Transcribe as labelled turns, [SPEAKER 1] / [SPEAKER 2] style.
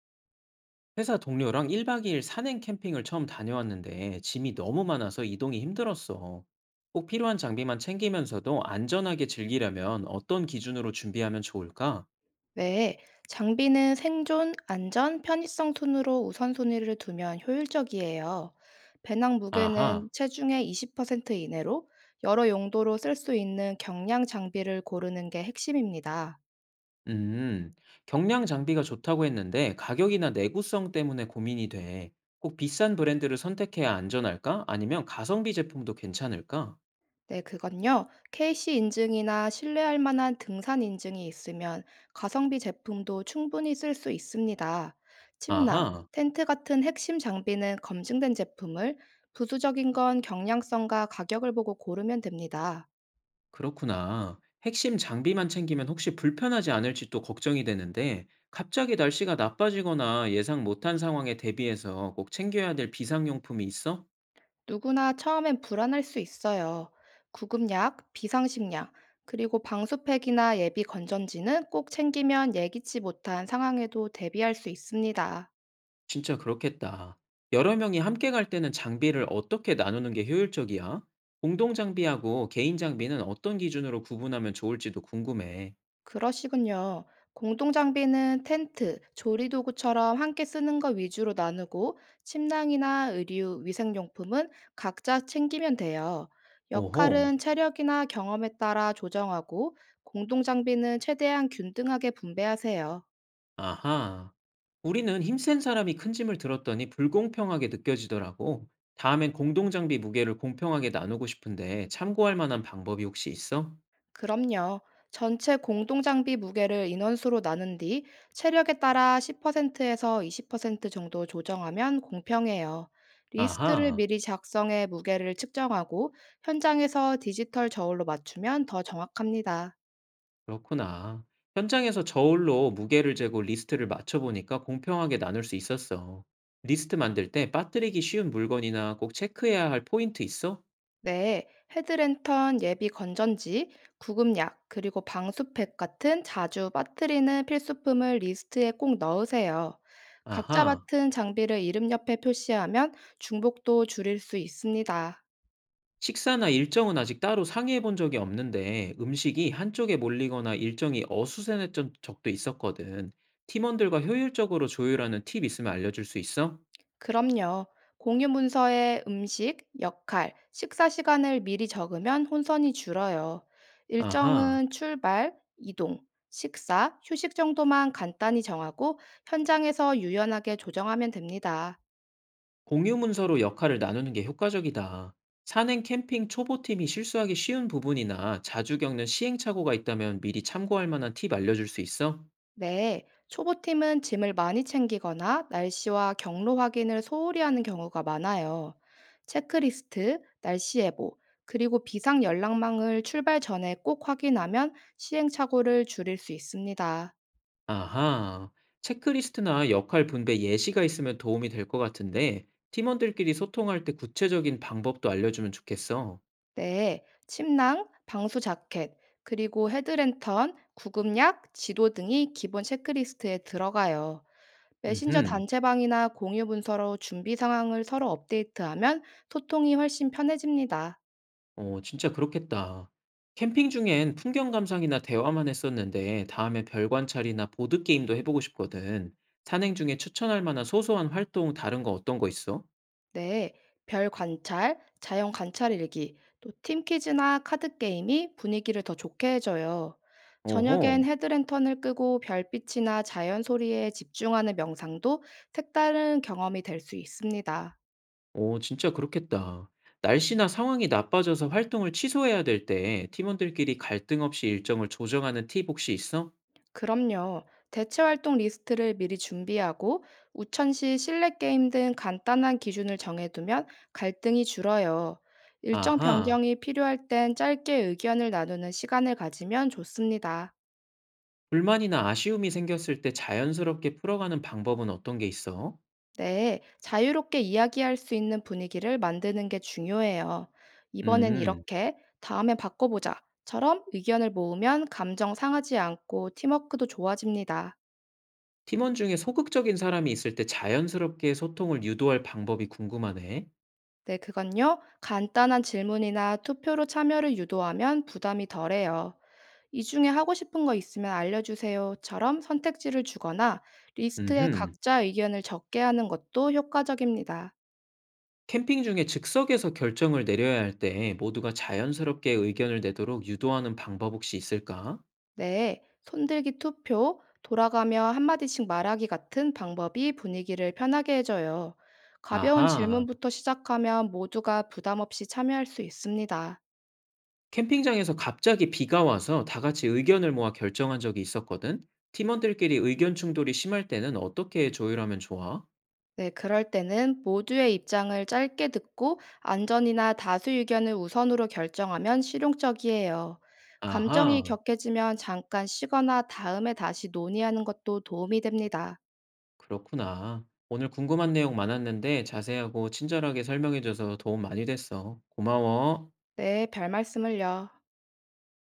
[SPEAKER 1] 회사 동료랑 1박 2일 산행 캠핑을 처음 다녀왔는데 짐이 너무 많아서 이동이 힘들었어. 꼭 필요한 장비만 챙기면서도 안전하게 즐기려면 어떤 기준으로 준비하면 좋을까?
[SPEAKER 2] 네, 장비는 생존, 안전, 편의성 순으로 우선순위를 두면 효율적이에요. 배낭 무게는
[SPEAKER 1] 아하.
[SPEAKER 2] 체중의 20% 이내로 여러 용도로 쓸 수 있는 경량 장비를 고르는 게 핵심입니다.
[SPEAKER 1] 음, 경량 장비가 좋다고 했는데 가격이나 내구성 때문에 고민이 돼. 꼭 비싼 브랜드를 선택해야 안전할까? 아니면 가성비 제품도 괜찮을까?
[SPEAKER 2] 네, 그건요. KC 인증이나 신뢰할 만한 등산 인증이 있으면 가성비 제품도 충분히 쓸 수 있습니다. 침낭,
[SPEAKER 1] 아하.
[SPEAKER 2] 텐트 같은 핵심 장비는 검증된 제품을 부수적인 건 경량성과 가격을 보고 고르면 됩니다.
[SPEAKER 1] 그렇구나. 핵심 장비만 챙기면 혹시 불편하지 않을지 또 걱정이 되는데, 갑자기 날씨가 나빠지거나 예상 못한 상황에 대비해서 꼭 챙겨야 될 비상용품이 있어?
[SPEAKER 2] 누구나 처음엔 불안할 수 있어요. 구급약, 비상식량, 그리고 방수팩이나 예비 건전지는 꼭 챙기면 예기치 못한 상황에도 대비할 수 있습니다.
[SPEAKER 1] 진짜 그렇겠다. 여러 명이 함께 갈 때는 장비를 어떻게 나누는 게 효율적이야? 공동 장비하고 개인 장비는 어떤 기준으로 구분하면 좋을지도 궁금해.
[SPEAKER 2] 그러시군요. 공동장비는 텐트, 조리도구처럼 함께 쓰는 것 위주로 나누고, 침낭이나 의류, 위생용품은 각자 챙기면 돼요.
[SPEAKER 1] 오호.
[SPEAKER 2] 역할은 체력이나 경험에 따라 조정하고, 공동장비는 최대한 균등하게 분배하세요.
[SPEAKER 1] 아하. 우리는 힘센 사람이 큰 짐을 들었더니 불공평하게 느껴지더라고. 다음엔 공동장비 무게를 공평하게 나누고 싶은데 참고할 만한 방법이 혹시 있어?
[SPEAKER 2] 그럼요. 전체 공동장비 무게를 인원수로 나눈 뒤 체력에 따라 10%에서 20% 정도 조정하면 공평해요. 리스트를
[SPEAKER 1] 아하.
[SPEAKER 2] 미리 작성해 무게를 측정하고 현장에서 디지털 저울로 맞추면 더 정확합니다.
[SPEAKER 1] 그렇구나. 현장에서 저울로 무게를 재고 리스트를 맞춰보니까 공평하게 나눌 수 있었어. 리스트 만들 때 빠뜨리기 쉬운 물건이나 꼭 체크해야 할 포인트 있어?
[SPEAKER 2] 네, 헤드랜턴, 예비 건전지, 구급약, 그리고 방수팩 같은 자주 빠뜨리는 필수품을 리스트에 꼭 넣으세요. 각자
[SPEAKER 1] 아하.
[SPEAKER 2] 맡은 장비를 이름 옆에 표시하면 중복도 줄일 수 있습니다.
[SPEAKER 1] 식사나 일정은 아직 따로 상의해 본 적이 없는데 음식이 한쪽에 몰리거나 일정이 어수선했던 적도 있었거든. 팀원들과 효율적으로 조율하는 팁 있으면 알려줄 수 있어?
[SPEAKER 2] 그럼요. 공유 문서에 음식, 역할, 식사 시간을 미리 적으면 혼선이 줄어요.
[SPEAKER 1] 아하,
[SPEAKER 2] 일정은 출발, 이동, 식사, 휴식 정도만 간단히 정하고 현장에서 유연하게 조정하면 됩니다.
[SPEAKER 1] 공유 문서로 역할을 나누는 게 효과적이다. 산행 캠핑 초보팀이 실수하기 쉬운 부분이나 자주 겪는 시행착오가 있다면 미리 참고할 만한 팁 알려줄 수 있어?
[SPEAKER 2] 네, 초보팀은 짐을 많이 챙기거나 날씨와 경로 확인을 소홀히 하는 경우가 많아요. 체크리스트, 날씨 예보, 그리고 비상 연락망을 출발 전에 꼭 확인하면 시행착오를 줄일 수 있습니다.
[SPEAKER 1] 아하, 체크리스트나 역할 분배 예시가 있으면 도움이 될 것 같은데, 팀원들끼리 소통할 때 구체적인 방법도 알려주면 좋겠어.
[SPEAKER 2] 네, 침낭, 방수 자켓, 그리고 헤드랜턴, 구급약, 지도 등이 기본 체크리스트에 들어가요. 메신저
[SPEAKER 1] 음흠.
[SPEAKER 2] 단체방이나 공유 문서로 준비 상황을 서로 업데이트하면 소통이 훨씬 편해집니다.
[SPEAKER 1] 어, 진짜 그렇겠다. 캠핑 중엔 풍경 감상이나 대화만 했었는데, 다음에 별 관찰이나 보드게임도 해보고 싶거든. 산행 중에 추천할 만한 소소한 활동 다른 거 어떤 거 있어?
[SPEAKER 2] 네, 별 관찰, 자연 관찰 일기, 또 팀퀴즈나 카드 게임이 분위기를 더 좋게 해줘요. 저녁엔
[SPEAKER 1] 오호.
[SPEAKER 2] 헤드랜턴을 끄고 별빛이나 자연 소리에 집중하는 명상도 색다른 경험이 될 수 있습니다.
[SPEAKER 1] 오, 진짜 그렇겠다. 날씨나 상황이 나빠져서 활동을 취소해야 될 때, 팀원들끼리 갈등 없이 일정을 조정하는 팁 혹시 있어?
[SPEAKER 2] 그럼요. 대체 활동 리스트를 미리 준비하고 우천시 실내 게임 등 간단한 기준을 정해두면 갈등이 줄어요. 일정
[SPEAKER 1] 아하.
[SPEAKER 2] 변경이 필요할 땐 짧게 의견을 나누는 시간을 가지면 좋습니다.
[SPEAKER 1] 불만이나 아쉬움이 생겼을 때 자연스럽게 풀어가는 방법은 어떤 게 있어?
[SPEAKER 2] 네, 자유롭게 이야기할 수 있는 분위기를 만드는 게 중요해요. 이번엔
[SPEAKER 1] 음.
[SPEAKER 2] 이렇게, 다음엔 바꿔보자처럼 의견을 모으면 감정 상하지 않고 팀워크도 좋아집니다.
[SPEAKER 1] 팀원 중에 소극적인 사람이 있을 때 자연스럽게 소통을 유도할 방법이 궁금하네.
[SPEAKER 2] 네, 그건요. 간단한 질문이나 투표로 참여를 유도하면 부담이 덜해요. 이 중에 하고 싶은 거 있으면 알려주세요.처럼 선택지를 주거나 리스트에
[SPEAKER 1] 음흠.
[SPEAKER 2] 각자 의견을 적게 하는 것도 효과적입니다.
[SPEAKER 1] 캠핑 중에 즉석에서 결정을 내려야 할 때 모두가 자연스럽게 의견을 내도록 유도하는 방법 혹시 있을까?
[SPEAKER 2] 네, 손들기 투표, 돌아가며 한마디씩 말하기 같은 방법이 분위기를 편하게 해줘요. 가벼운
[SPEAKER 1] 아하.
[SPEAKER 2] 질문부터 시작하면 모두가 부담 없이 참여할 수 있습니다.
[SPEAKER 1] 캠핑장에서 갑자기 비가 와서 다 같이 의견을 모아 결정한 적이 있었거든. 팀원들끼리 의견 충돌이 심할 때는 어떻게 조율하면 좋아?
[SPEAKER 2] 네, 그럴 때는 모두의 입장을 짧게 듣고 안전이나 다수 의견을 우선으로 결정하면 실용적이에요. 감정이
[SPEAKER 1] 아하.
[SPEAKER 2] 격해지면 잠깐 쉬거나 다음에 다시 논의하는 것도 도움이 됩니다.
[SPEAKER 1] 그렇구나. 오늘 궁금한 내용 많았는데 자세하고 친절하게 설명해줘서 도움 많이 됐어. 고마워.
[SPEAKER 2] 네, 별 말씀을요.